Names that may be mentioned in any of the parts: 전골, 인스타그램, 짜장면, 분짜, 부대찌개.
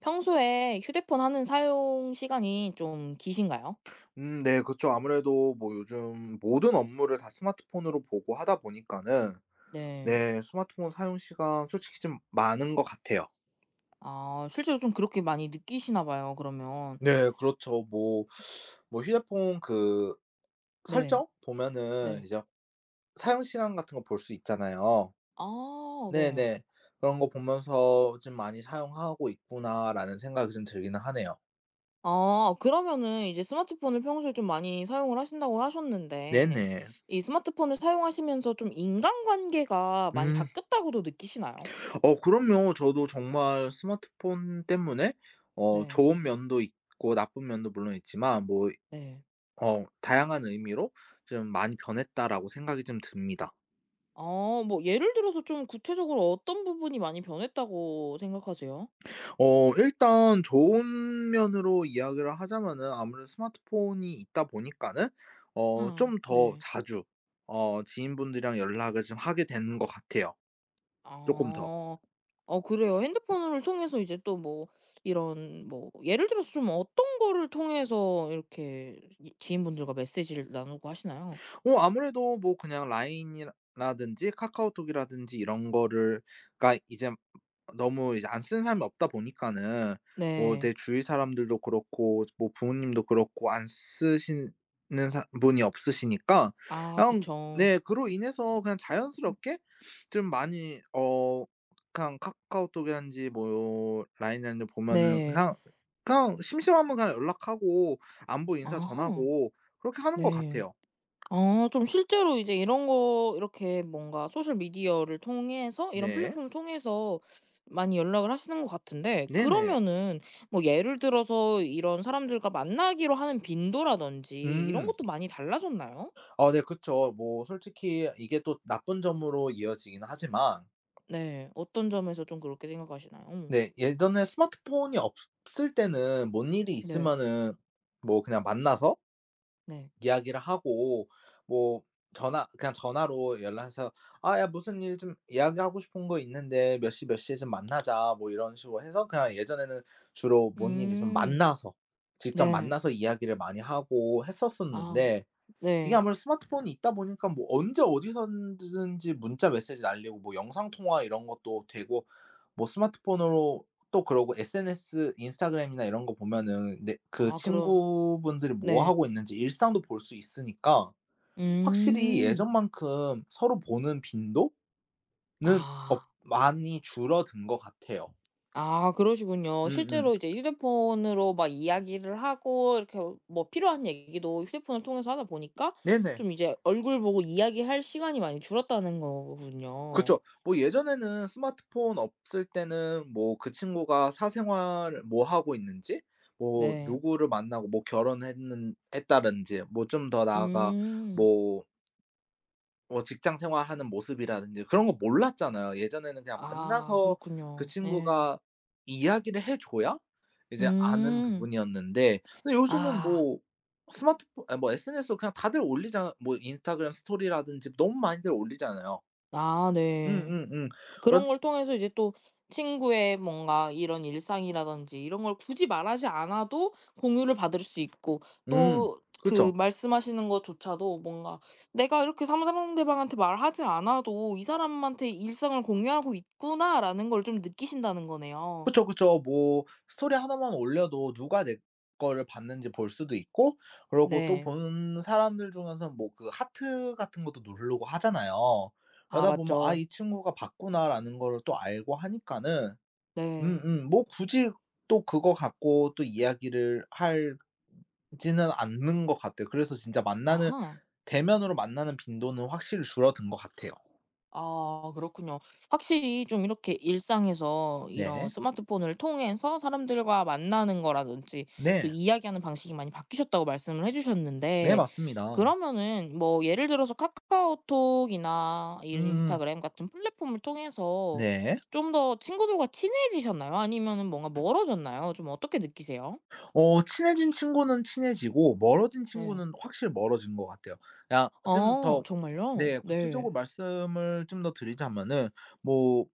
평소에 휴대폰 하는 사용 시간이 좀 기신가요? 네 그쵸. 아무래도 뭐 요즘 모든 업무를 다 스마트폰으로 보고 하다 보니까는 네. 네 스마트폰 사용 시간 솔직히 좀 많은 것 같아요. 아 실제로 좀 그렇게 많이 느끼시나 봐요 그러면. 네 그렇죠. 뭐 휴대폰 그 네. 설정 보면은 네. 이제 사용 시간 같은 거 볼 수 있잖아요. 아 네. 네네. 그런 거 보면서 '좀 많이 사용하고 있구나.'라는 생각이 좀 들기는 하네요. 아 그러면은 이제 스마트폰을 평소에 좀 많이 사용을 하신다고 하셨는데 네네. 이 스마트폰을 사용하시면서 좀 인간관계가 많이 음. 바뀌었다고도 느끼시나요? 어 그럼요. 저도 정말 스마트폰 때문에 네. 좋은 면도 있고 나쁜 면도 물론 있지만 뭐 네. 다양한 의미로 좀 많이 변했다라고 생각이 좀 듭니다. 아 뭐 예를 들어서 좀 구체적으로 어떤 부분이 많이 변했다고 생각하세요? 일단 좋은 면으로 이야기를 하자면은 아무래도 스마트폰이 있다 보니까는 아 좀 더 네. 자주 지인분들이랑 연락을 좀 하게 되는 것 같아요 조금 더. 아. 어 그래요. 핸드폰을 통해서 이제 또 뭐 이런 뭐 예를 들어서 좀 어떤 거를 통해서 이렇게 이 지인분들과 메시지를 나누고 하시나요? 아무래도 뭐 그냥 라인이라 든지 카카오톡이라든지 이런 거를 가 이제 너무 이제 안 쓰는 사람이 없다 보니까는 뭐 네. 내 주위 사람들도 그렇고 뭐 부모님도 그렇고 안 쓰시는 사 분이 없으시니까 아 그냥 그쵸. 네 그로 인해서 그냥 음. 자연스럽게 좀 많이 그냥 카카오톡이라든지 뭐 라인이라든지 보면은 네. 그냥 심심하면 그냥 연락하고 안부 인사 아하. 전하고 그렇게 하는 것 네. 같아요. 어 좀 실제로 이제 이런 거 이렇게 뭔가 소셜 미디어를 통해서 이런 네. 플랫폼을 통해서 많이 연락을 하시는 것 같은데 네네. 그러면은 뭐 예를 들어서 이런 사람들과 만나기로 하는 빈도라든지 이런 음. 것도 많이 달라졌나요? 아 네 그쵸. 뭐 솔직히 이게 또 나쁜 점으로 이어지긴 하지만 네. 어떤 점에서 좀 그렇게 생각하시나요? 음. 네. 예전에 스마트폰이 없을 때는 뭔 일이 네. 있으면은 뭐 그냥 만나서 네. 이야기를 하고 뭐 전화 그냥 전화로 연락해서 "아 야 무슨 일 좀 이야기하고 싶은 거 있는데 몇 시 몇 시에 좀 만나자." 뭐 이런 식으로 해서 그냥 예전에는 주로 뭔 일이 있으면 음. 만나서 직접 네. 만나서 이야기를 많이 하고 아 했었었는데 이게 네. 아무래도 스마트폰이 있다 보니까 뭐 언제 어디서든지 문자 메시지 날리고 뭐 영상 통화 이런 것도 되고 뭐 스마트폰으로 또 그러고 SNS 인스타그램이나 이런 거 보면은 내 그 아 그럼 친구분들이 뭐 네. 하고 있는지 일상도 볼 수 있으니까 확실히 음. 예전만큼 서로 보는 빈도는 없 아. 많이 줄어든 것 같아요. 아 그러시군요. 음음. 실제로 이제 휴대폰으로 막 이야기를 하고 이렇게 뭐 필요한 얘기도 휴대폰을 통해서 하다 보니까 네네. 좀 이제 얼굴 보고 이야기할 시간이 많이 줄었다는 거군요. 그쵸. 뭐 예전에는 스마트폰 없을 때는 뭐 그 친구가 사생활을 뭐 하고 있는지 뭐 네. 누구를 만나고 뭐 결혼했는 했다든지 뭐 좀 더 나아가 음. 뭐 직장 생활하는 모습이라든지 그런 거 몰랐잖아요. 예전에는 그냥 아 만나서 그 그렇군요. 예. 친구가 이야기를 해 줘야 이제 아는 음. 부분이었는데 근데 요즘은 아. 뭐 스마트폰 아 뭐 SNS로 그냥 다들 올리잖아. 뭐 인스타그램 스토리라든지 너무 많이들 올리잖아요. 아 네. 음음음. 그런 그러다 걸 통해서 이제 또 친구의 뭔가 이런 일상이라든지 이런 걸 굳이 말하지 않아도 공유를 받을 수 있고 음. 또 그쵸. 그 말씀하시는 것조차도 뭔가 내가 이렇게 상 상대방한테 말하지 않아도 '이 사람한테 일상을 공유하고 있구나.'라는 걸 좀 느끼신다는 거네요. 그쵸, 그쵸. 뭐 스토리 하나만 올려도 누가 내 거를 봤는지 볼 수도 있고 그러고 또 네. 본 사람들 중에서는 뭐 그 하트 같은 것도 누르고 하잖아요. 아 그러다 보면 '아 맞죠. 이 친구가 봤구나.'라는 거를 또 알고 하니까는 네. 음음 뭐 굳이 또 그거 갖고 또 이야기를 할 지는 않는 것 같아요. 그래서 진짜 만나는 아하. 대면으로 만나는 빈도는 확실히 줄어든 것 같아요. 아 그렇군요. 확실히 좀 이렇게 일상에서 이런 네. 스마트폰을 통해서 사람들과 만나는 거라든지 또 네. 이야기하는 방식이 많이 바뀌셨다고 말씀을 해 네 주셨는데 맞습니다. 그러면은 뭐 예를 들어서 카카오톡이나 이 음음. 인스타그램 같은 플랫폼을 통해서 네. 좀 더 친구들과 친해지셨나요? 아니면은 뭔가 멀어졌나요? 좀 어떻게 느끼세요? 친해진 친구는 친해지고 멀어진 네. 친구는 확실히 멀어진 것 같아요. 야 좀 더 어 정말요? 네 네. 구체적으로 말씀을 좀 더 드리자면은 뭐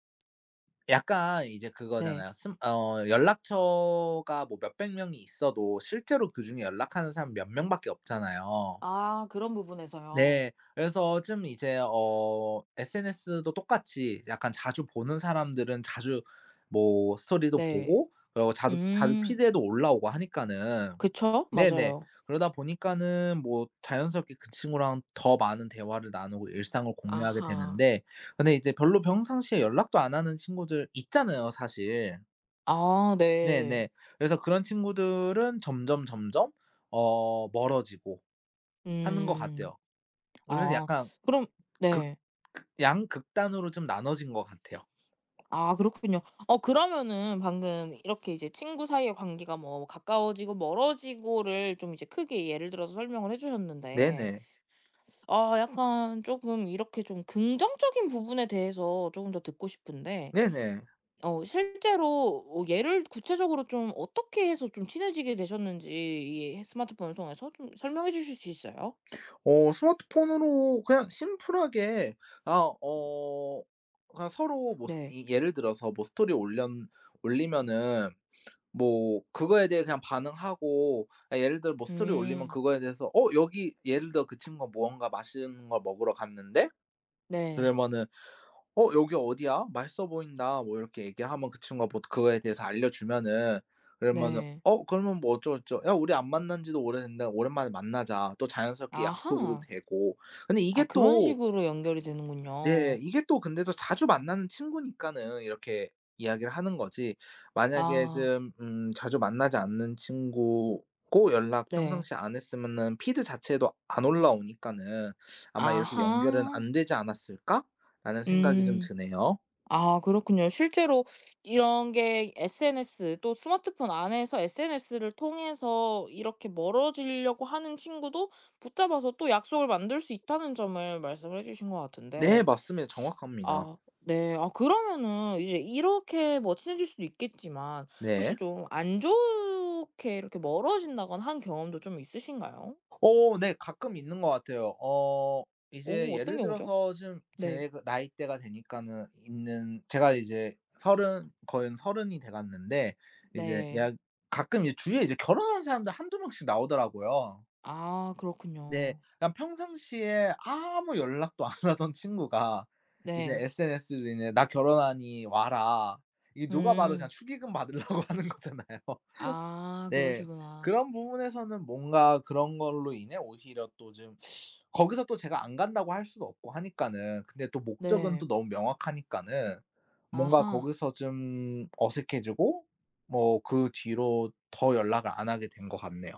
약간 이제 네. 그거잖아요. 씀 어 연락처가 뭐 몇백 명이 있어도 실제로 그중에 연락하는 사람 몇 명밖에 없잖아요. 아 그런 부분에서요. 네. 그래서 좀 이제 SNS도 똑같이 약간 자주 보는 사람들은 자주 뭐 스토리도 네. 보고 그리고 자주 자주 음. 피드에도 올라오고 하니까는 그쵸. 네네. 맞아요. 그러다 보니까는 뭐 자연스럽게 그 친구랑 더 많은 대화를 나누고 일상을 공유하게 아하. 되는데 근데 이제 별로 평상시에 연락도 안 하는 친구들 있잖아요, 사실. 아 네. 네네. 그래서 그런 친구들은 점점, 점점 멀어지고 하는 것 음. 같아요. 그래서 아 약간 그럼 극 네. 양극단으로 좀 나눠진 것 같아요. 아 그렇군요. 어 그러면은 방금 이렇게 이제 친구 사이의 관계가 뭐 가까워지고 멀어지고를 좀 이제 크게 예를 들어서 설명을 해 주셨는데 네네. 아 약간 조금 이렇게 좀 긍정적인 부분에 대해서 조금 더 듣고 싶은데 네네. 어 실제로 어 예를 구체적으로 좀 어떻게 해서 좀 친해지게 되셨는지 이 스마트폰을 통해서 좀 설명해 주실 수 있어요? 스마트폰으로 그냥 심플하게 아 어 그냥 서로 뭐 스 네. 이 예를 들어서 뭐 스토리 올련 올리면은 뭐 그거에 대해 그냥 반응하고 아 예를 들어 뭐 스토리 올리면 음. 그거에 대해서 "어 여기" 예를 들어 그 친구가 무언가 맛있는 걸 먹으러 갔는데 네. 그러면은 "어 여기 어디야? 맛있어 보인다." 뭐 이렇게 얘기하면 그 친구가 뭐 그거에 대해서 알려주면은 그러면은 네. "어 그러면 뭐 어쩌고 저쩌고 야 우리 안 만난 지도 오래됐는데 오랜만에 만나자." 또 자연스럽게 약속으로도 아하. 되고. 근데 아 이게 그런 또 식으로 연결이 네 되는군요. 이게 또 근데 또 자주 만나는 친구니까는 이렇게 이야기를 하는 거지 만약에 아 좀 자주 만나지 않는 친구고 연락 평상 네. 시 안 했으면은 피드 자체도 안 올라오니까는 아마 이렇게 '연결은 아하. 안 되지 않았을까?'라는 생각이 좀 음. 드네요. 아 그렇군요. 실제로 이런 게 SNS 또 스마트폰 안에서 SNS를 통해서 이렇게 멀어지려고 하는 친구도 붙잡아서 또 약속을 만들 수 있다는 점을 말씀을 해 주신 것 네 같은데 맞습니다. 정확합니다. 아 네. 아 그러면은 이제 이렇게 뭐 친해질 수도 있겠지만 네. 혹시 좀 안 좋게 이렇게 멀어진다거나 한 경험도 좀 있으신가요? 어 네 가끔 있는 것 같아요. 이제 어 어떤 예를 경우죠? 들어서 좀 네. 제 그 나이대가 되니까는 있는 제가 이제 서른 거의 서른이 돼 갔는데 이제 네. 약 가끔 이제 주위에 이제 결혼한 사람들 한두 명씩 나오더라고요. 아 네. 그렇군요. 그냥 평상시에 아무 연락도 안 하던 친구가 이제 네. SNS로 인해 "나 결혼하니 와라." 이게 누가 봐도 그냥 음. 축의금 받으려고 하는 거잖아요. 아 네. 그러시구나. 그런 부분에서는 뭔가 그런 걸로 인해 오히려 또 좀 거기서 또 제가 안 간다고 할 수도 없고 하니까는 근데 또 목적은 네. 또 너무 명확하니까는 뭔가 아하. 거기서 좀 어색해지고 뭐 그 뒤로 더 연락을 안 하게 된 것 같네요.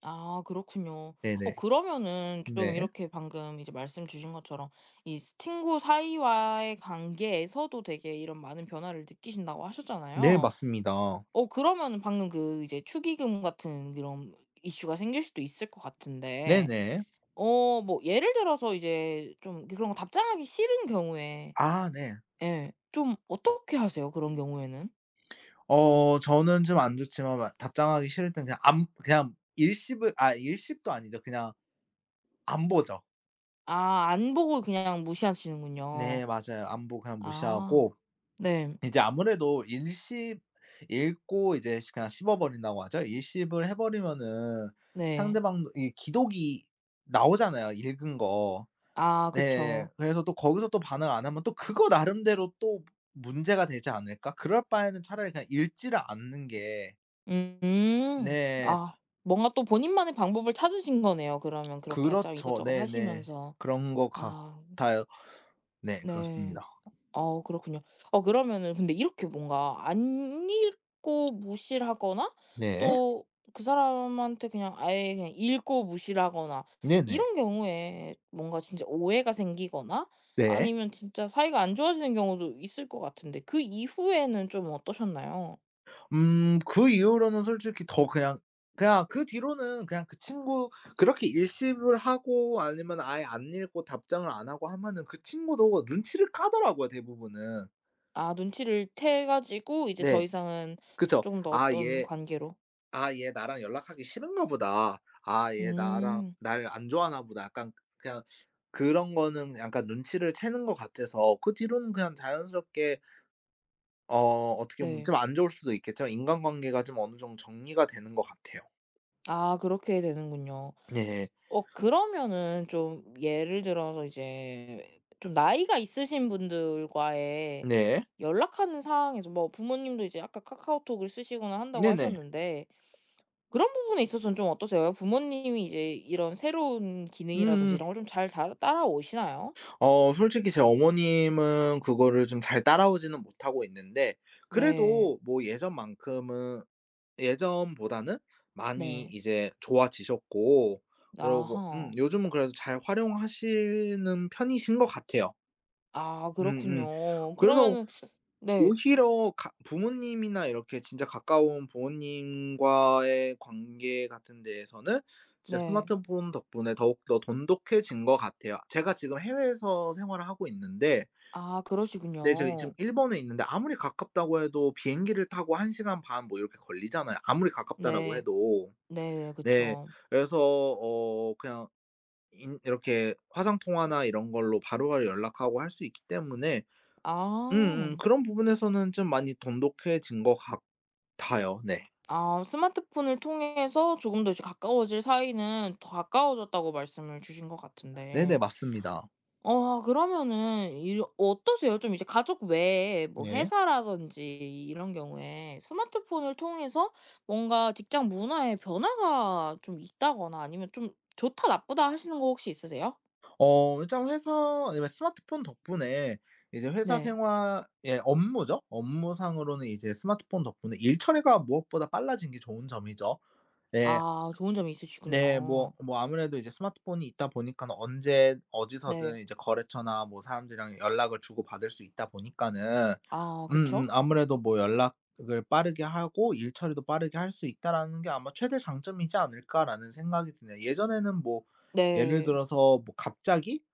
아 그렇군요. 어 네네. 그러면은 좀 네. 이렇게 방금 이제 말씀 주신 것처럼 이 친구 사이와의 관계에서도 되게 이런 많은 변화를 느끼신다고 네 하셨잖아요. 맞습니다. 어 그러면은 방금 그 이제 축의금 같은 그런 이슈가 생길 수도 있을 것 같은데 네네. 어 뭐 예를 들어서 이제 좀 그런 거 답장하기 싫은 경우에 아 네. 예 좀 어떻게 하세요? 그런 경우에는? 저는 좀 안 좋지만 마 답장하기 싫을 땐 그냥 안 그냥 일십을 아 일십도 아니죠. 그냥 안 보죠. 아 안 보고 그냥 무시하시는군요. 네 맞아요. 안 보고 그냥 아 무시하고 네. 이제 아무래도 일십 읽고 이제 시 그냥 씹어 버린다고 하죠. 일십을 해 버리면은 상대 네. 방이 기독이 나오잖아요, 읽은 거. 아 네. 그쵸. 그래서 또 거기서 또 반응 안 하면 또 그거 나름대로 또 '문제가 되지 않을까?' 그럴 바에는 차라리 그냥 읽지를 않는 게 음. 네. 아 뭔가 또 본인만의 방법을 찾으신 거네요 그러면 그렇게 좀 그렇죠. 이것저것 네네. 하시면서. 그런 것 아 같아요. 네 네. 그렇습니다. 어 그렇군요. 어 그러면은 근데 이렇게 뭔가 안 읽고 무시를 하거나 네. 또 그 사람한테 그냥 아예 그냥 읽고 무시를 하거나 네네. 네. 이런 경우에 뭔가 진짜 오해가 생기거나 네. 아니면 진짜 사이가 안 좋아지는 경우도 있을 것 같은데 그 이후에는 좀 어떠셨나요? 그 이후로는 솔직히 더 그냥 그 뒤로는 그냥 그 친구 그렇게 일십을 하고 아니면 아예 안 읽고 답장을 안 하고 하면은 그 친구도 눈치를 까더라고요 대부분은. 아 눈치를 태 가지고 이제 더 네. 이상은 그쵸. 조금 더 어떤 관계로. 아 얘 나랑 연락하기 싫은가 보다. 아 얘 나랑 음. 날 안 좋아하나 보다.' 약간 그냥 그런 거는 약간 눈치를 채는 것 같아서 그 뒤로는 그냥 자연스럽게 어떻게 보면 네. 좀 안 좋을 수도 있겠지만 인간관계가 좀 어느 정도 정리가 되는 것 같아요. 아 그렇게 되는군요. 네. 어 그러면은 좀 예를 들어서 이제 좀 나이가 있으신 분들과의 네. 연락하는 상황에서 뭐 부모님도 이제 아까 카카오톡을 쓰시거나 한다고 네네. 하셨는데 그런 부분에 있어서는 좀 어떠세요? 부모님이 이제 이런 새로운 기능이라든지 음 이런 걸 좀 잘 따라오시나요? 솔직히 제 어머님은 그거를 좀 잘 따라오지는 못하고 있는데 네. 네. 그래도 뭐 예전만큼은 예전보다는 많이 네. 이제 좋아지셨고 그러고 아하. 요즘은 그래도 잘 활용하시는 편이신 것 같아요. 아 음음. 그렇군요. 그래서 그러면은 네. 오히려 가 부모님이나 이렇게 진짜 가까운 부모님과의 관계 같은 데에서는 진짜 네. 스마트폰 덕분에 더욱더 돈독해진 것 같아요. 제가 지금 해외에서 생활을 하고 있는데 아 네저 지금 그러시군요. 일본에 있는데 아무리 가깝다고 해도 비행기를 타고 1시간 반 뭐 이렇게 걸리잖아요 아무리 가깝다라고 네. 해도. 네네. 네. 그쵸. 그래서 그냥 인 이렇게 화상 통화나 이런 걸로 바로바로 연락하고 할 수 있기 때문에 음음. 아. 그런 부분에서는 좀 많이 돈독해진 것 같아요. 네. 아 스마트폰을 통해서 조금 더 이제 가까워질 사이는 더 가까워졌다고 말씀을 주신 것 네네 같은데 맞습니다. 어 그러면은 이 어떠세요? 좀 이제 가족 외에 뭐 네. 회사라든지 이런 경우에 스마트폰을 통해서 뭔가 직장 문화에 변화가 좀 있다거나 아니면 좀 좋다 나쁘다 하시는 거 혹시 있으세요? 일단 회사 아니면 스마트폰 덕분에 이제 회사 네. 생활 예 업무죠. 업무상으로는 이제 스마트폰 덕분에 일 처리가 무엇보다 빨라진 게 좋은 점이죠. 예. 아 좋은 점이 네. 있으시군요. 뭐 아무래도 이제 스마트폰이 있다 보니까 언제 어디서든 네. 이제 거래처나 뭐 사람들이랑 연락을 주고받을 수 있다 보니까는 아 음음 그쵸? 아무래도 뭐 연락을 빠르게 하고 일 처리도 빠르게 할 수 있다라는 게 아마 '최대 장점이지 않을까.'라는 생각이 드네요. 예전에는 뭐 예를 네. 들어서 뭐 갑자기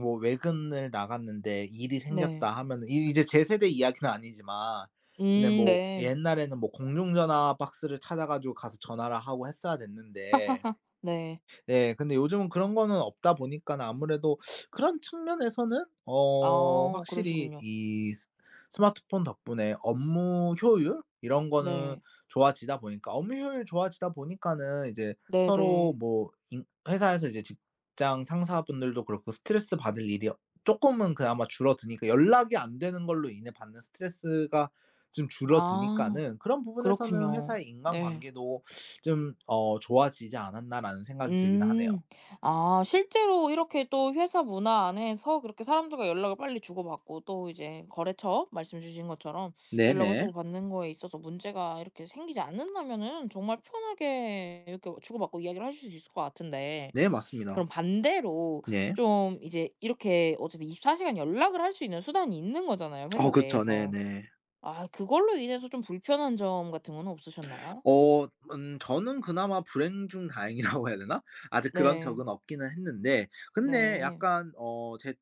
뭐 외근을 나갔는데 일이 네. 생겼다 하면은 이 이제 제 세대 이야기는 아니지만 근데 뭐 네. 옛날에는 뭐 공중전화 박스를 찾아 가지고 가서 전화를 하고 했어야 됐는데 네. 네. 근데 요즘은 그런 거는 없다 보니까 아무래도 그런 측면에서는 아 확실히 그러시군요. 이 스 스마트폰 덕분에 업무 효율 이런 거는 네. 좋아지다 보니까 업무 효율 좋아지다 보니까는 이제 서로 네네. 뭐 인 회사에서 이제 직장 상사분들도 그렇고 스트레스 받을 일이 조금은 그나마 줄어드니까 연락이 안 되는 걸로 인해 받는 스트레스가 좀 아 줄어드니까는 그런 부분에서는 그렇군요. 회사의 예. 인간관계도 좀 좋아지지 않았나라는 생각이 들긴 하네요. 음. 아 실제로 이렇게 또 회사 문화 안에서 그렇게 사람들과 연락을 빨리 주고받고 또 이제 거래처 말씀 주신 것처럼 연락을 네네. 주고받는 거에 있어서 문제가 이렇게 생기지 않는다면은 정말 편하게 이렇게 주고받고 이야기를 하실 수 있을 것 같은데 네 맞습니다. 그럼 반대로 네. 좀 이제 이렇게 어쨌든 24시간 시간 연락을 할 수 있는 수단이 있는 거잖아요 어 회사 그쵸. 내에서. 네네. 아 그걸로 인해서 좀 불편한 점 같은 건 없으셨나요? 저는 그나마 불행 중 다행이라고 해야 되나? 아직 그런 네. 적은 없기는 했는데 근데 네. 약간 제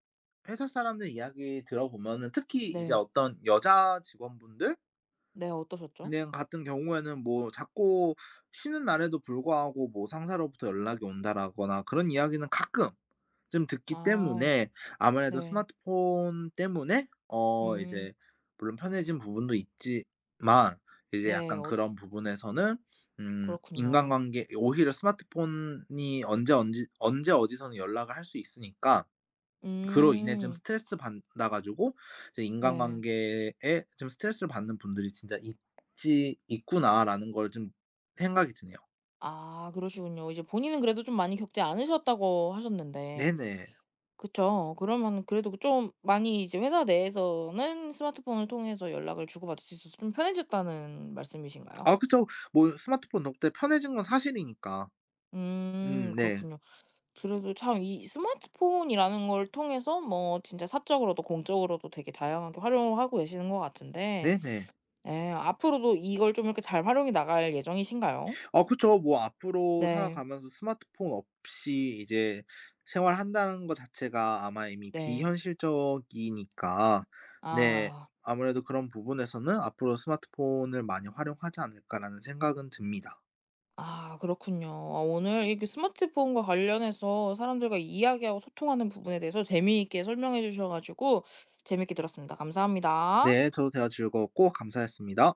회사 사람들 이야기 들어보면은 특히 이제 네. 어, 어떤 여자 직원분들 네. 어떠셨죠? 은행 같은 경우에는 뭐 자꾸 쉬는 날에도 불구하고 뭐 상사로부터 연락이 온다라거나 그런 이야기는 가끔 좀 듣기 아 때문에 아무래도 네. 스마트폰 때문에 음. 이제 물론 편해진 부분도 있지만 이제 네. 약간 어 그런 부분에서는 그렇군요. 인간관계 오히려 스마트폰이 언제 어디서는 연락을 할 수 있으니까 그로 인해 좀 음. 스트레스 받아 가지고 이제 네. '인간관계에 좀 스트레스를 받는 분들이 진짜 있지 있구나.'라는 걸 좀 생각이 드네요. 아 그러시군요. 이제 본인은 그래도 좀 많이 겪지 않으셨다고 하셨는데 네네. 그쵸. 그러면 그래도 그 좀 많이 이제 회사 내에서는 스마트폰을 통해서 연락을 주고받을 수 있어서 좀 편해졌다는 말씀이신가요? 아 그쵸. 뭐 스마트폰 덕분에 편해진 건 사실이니까. 음. 네. 그렇군요. 그래도 참 이 스마트폰이라는 걸 통해서 뭐 진짜 사적으로도 공적으로도 되게 다양하게 활용하고 계시는 것 같은데 네네. 예 앞으로도 이걸 좀 이렇게 잘 활용해 나갈 예정이신가요? 아 그쵸. 뭐 앞으로 네. 살아가면서 스마트폰 없이 이제 생활한다는 거 자체가 아마 이미 네. 비현실적이니까 네 아. 아무래도 그런 부분에서는 '앞으로 스마트폰을 많이 활용하지 않을까.'라는 생각은 듭니다. 아 그렇군요. 아 오늘 이렇게 스마트폰과 관련해서 사람들과 이야기하고 소통하는 부분에 대해서 재미있게 설명해 주셔 가지고 재미있게 들었습니다. 감사합니다. 네, 저도 대화 즐거웠고 감사했습니다.